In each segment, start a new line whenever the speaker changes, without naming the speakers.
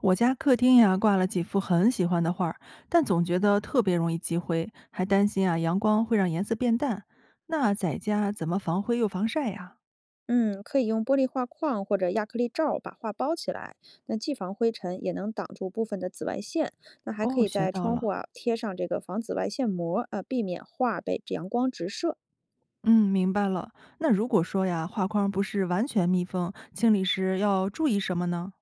我家客厅呀挂了几幅很喜欢的画儿，但总觉得特别容易积灰，还担心啊阳光会让颜色变淡。那在家怎么防灰又防晒呀？
嗯，可以用玻璃画框或者亚克力罩把画包起来，那既防灰尘，也能挡住部分的紫外线。那还可
哦，
以
学
在
到
窗户
了，
啊贴上这个防紫外线膜，避免画被阳光直射。
嗯，明白了。那如果说呀画框不是完全密封，清理时要注意什么呢？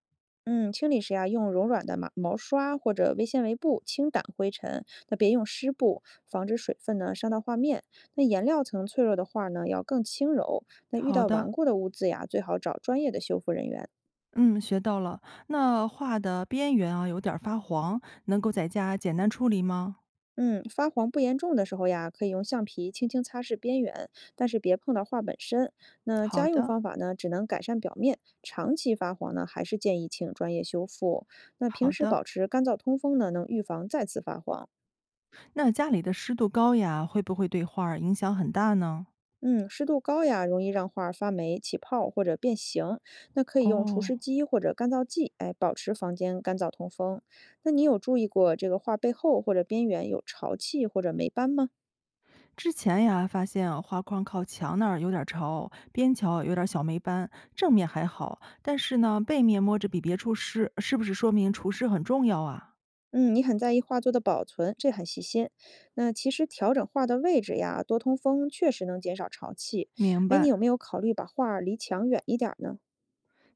嗯，清理时呀、用柔软的毛毛刷或者微纤维布轻掸灰尘，那别用湿布，防止水分呢伤到画面。那颜料层脆弱的画呢要更轻柔。那遇
好
到
的，
顽固的污渍呀，最好找专业的修复人员。
嗯，学到了。那画的边缘啊有点儿发黄，能够在家简单处理吗？
嗯，发黄不严重的时候呀，可以用橡皮轻轻擦拭边缘，但是别碰到画本身。那
好
家用
的，
方法呢，只能改善表面，长期发黄呢，还是建议请专业修复。那平
好
时
的。
保持干燥通风呢，能预防再次发黄。
那家里的湿度高呀，会不会对画儿影响很大呢？
嗯，湿度高呀，容易让画儿发霉、起泡或者变形。那可以用除
哦，
湿机或者干燥剂，哎，保持房间干燥通风。那你有注意过这个画背后或者边缘有潮气或者霉斑吗？
之前呀，发现画框靠墙那儿有点潮，边角有点小霉斑，正面还好，但是呢，背面摸着比别处湿，是不是说明除湿很重要啊？
嗯，你很在意画作的保存，这很细心。那其实调整画的位置呀，多通风确实能减少潮气。
明
哎，你
白。
有没有考虑把画儿离墙远一点儿呢？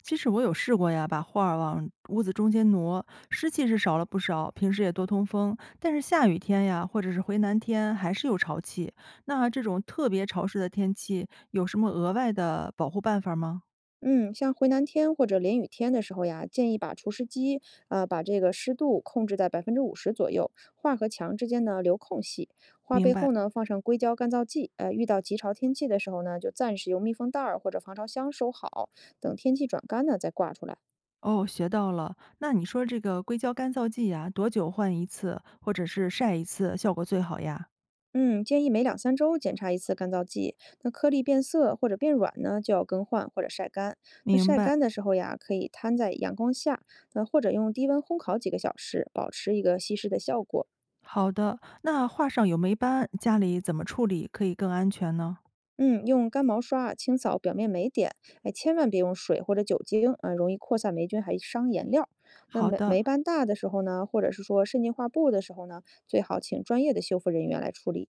其实我有试过呀，把画儿往屋子中间挪，湿气是少了不少，平时也多通风，但是下雨天呀，或者是回南天，还是有潮气。那这种特别潮湿的天气，有什么额外的保护办法吗？
嗯，像回南天或者连雨天的时候呀，建议把除湿机啊、把这个湿度控制在50%左右，画和墙之间呢留空隙。画
明
背
白。
后呢放上硅胶干燥剂，遇到极潮天气的时候呢，就暂时用密封袋儿或者防潮箱收好，等天气转干呢再挂出来。
哦，学到了。那你说这个硅胶干燥剂呀，多久换一次，或者是晒一次，效果最好呀？
嗯，建议每两三周检查一次干燥剂。那颗粒变色或者变软呢，就要更换或者晒干。那
明
晒
白。
干的时候呀，可以摊在阳光下，那或者用低温烘烤几个小时，保持一个稀释的效果。
好的，那画上有霉斑，家里怎么处理可以更安全呢？
嗯，用干毛刷啊清扫表面霉点，哎，千万别用水或者酒精啊，容易扩散霉菌，还伤颜料。那
好
霉
的，
霉斑大的时候呢，或者是说渗进画布的时候呢，最好请专业的修复人员来处理。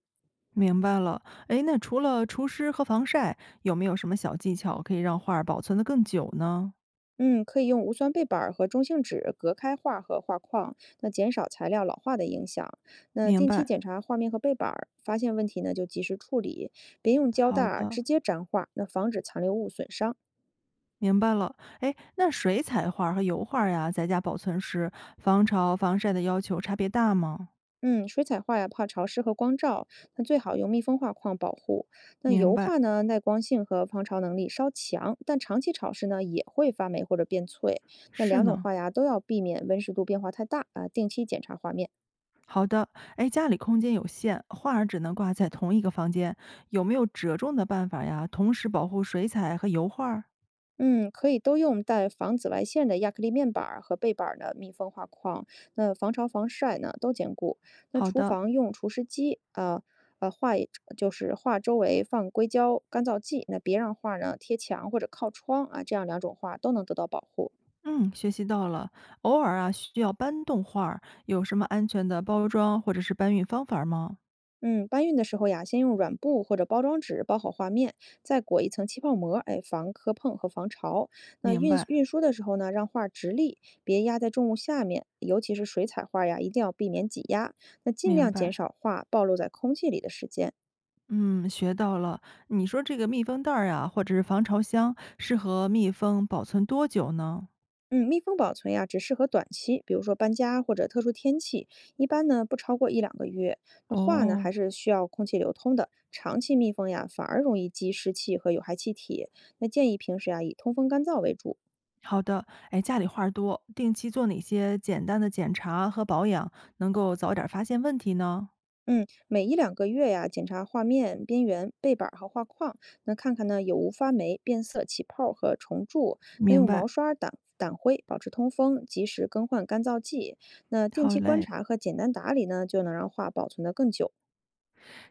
明白了。诶，那除了除湿和防晒，有没有什么小技巧可以让画儿保存得更久呢？
嗯，可以用无酸背板儿和中性纸隔开画和画框，那减少材料老化的影响。那
明
定期检
白。
查画面和背板儿，发现问题呢就及时处理，别用胶带
好
儿
的，
直接粘画，那防止残留物损伤。
明白了。诶，那水彩画儿和油画儿呀，在家保存时，防潮、防晒的要求差别大吗？
嗯，水彩画呀怕潮湿和光照，那最好用密封画框保护。那
明
油
白。
画呢，耐光性和防潮能力稍强，但长期潮湿呢也会发霉或者变脆。那
是
两种
呢。
画呀都要避免温湿度变化太大啊，定期检查画面。
好的，哎，家里空间有限，画儿只能挂在同一个房间，有没有折中的办法呀？同时保护水彩和油画儿。
嗯，可以都用带防紫外线的亚克力面板儿和背板儿呢，密封画框，那防潮防晒呢都兼顾。那
好
厨
的，
房用除湿机，啊，呃，画一就是画周围放硅胶干燥剂，那别让画呢贴墙或者靠窗啊，这样两种画都能得到保护。
嗯，学习到了。偶尔啊，需要搬动画儿，有什么安全的包装或者是搬运方法吗？
嗯，搬运的时候呀，先用软布或者包装纸包好画面，再裹一层气泡膜，哎，防磕碰和防潮。那
明
运
白，
运输的时候呢，让画直立，别压在重物下面，尤其是水彩画呀，一定要避免挤压。那尽
明
量减
白。
少画暴露在空气里的时间。
嗯，学到了。你说这个密封袋儿呀，或者是防潮箱，适合密封保存多久呢？
嗯，密封保存呀，只适合短期，比如说搬家或者特殊天气，一般呢不超过一两个月。那画呢，
哦，
还是需要空气流通的，长期密封呀，反而容易积湿气和有害气体。那建议平时啊，以通风干燥为主。
好的，哎，家里话儿多，定期做哪些简单的检查和保养，能够早点儿发现问题呢？
嗯，每一两个月呀，检查画面边缘、背板儿和画框，那看看呢有无发霉、变色、起泡和虫蛀。那
明
用
白，
毛刷掸灰，保持通风，及时更换干燥剂。那定
好
期观
嘞。
察和简单打理呢，就能让画保存得更久。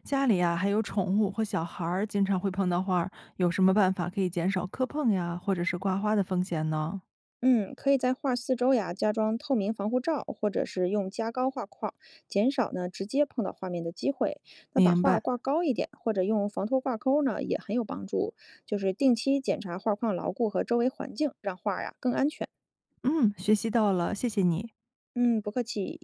家里呀，还有宠物或小孩儿，经常会碰到花儿，有什么办法可以减少磕碰呀，或者是刮花的风险呢？
嗯，可以在画四周呀加装透明防护罩，或者是用加高画框，减少呢直接碰到画面的机会。那把
明
画
白，
挂高一点，或者用防脱挂钩呢，也很有帮助。就是定期检查画框牢固和周围环境，让画呀更安全。
嗯，学习到了，谢谢你。
嗯，不客气。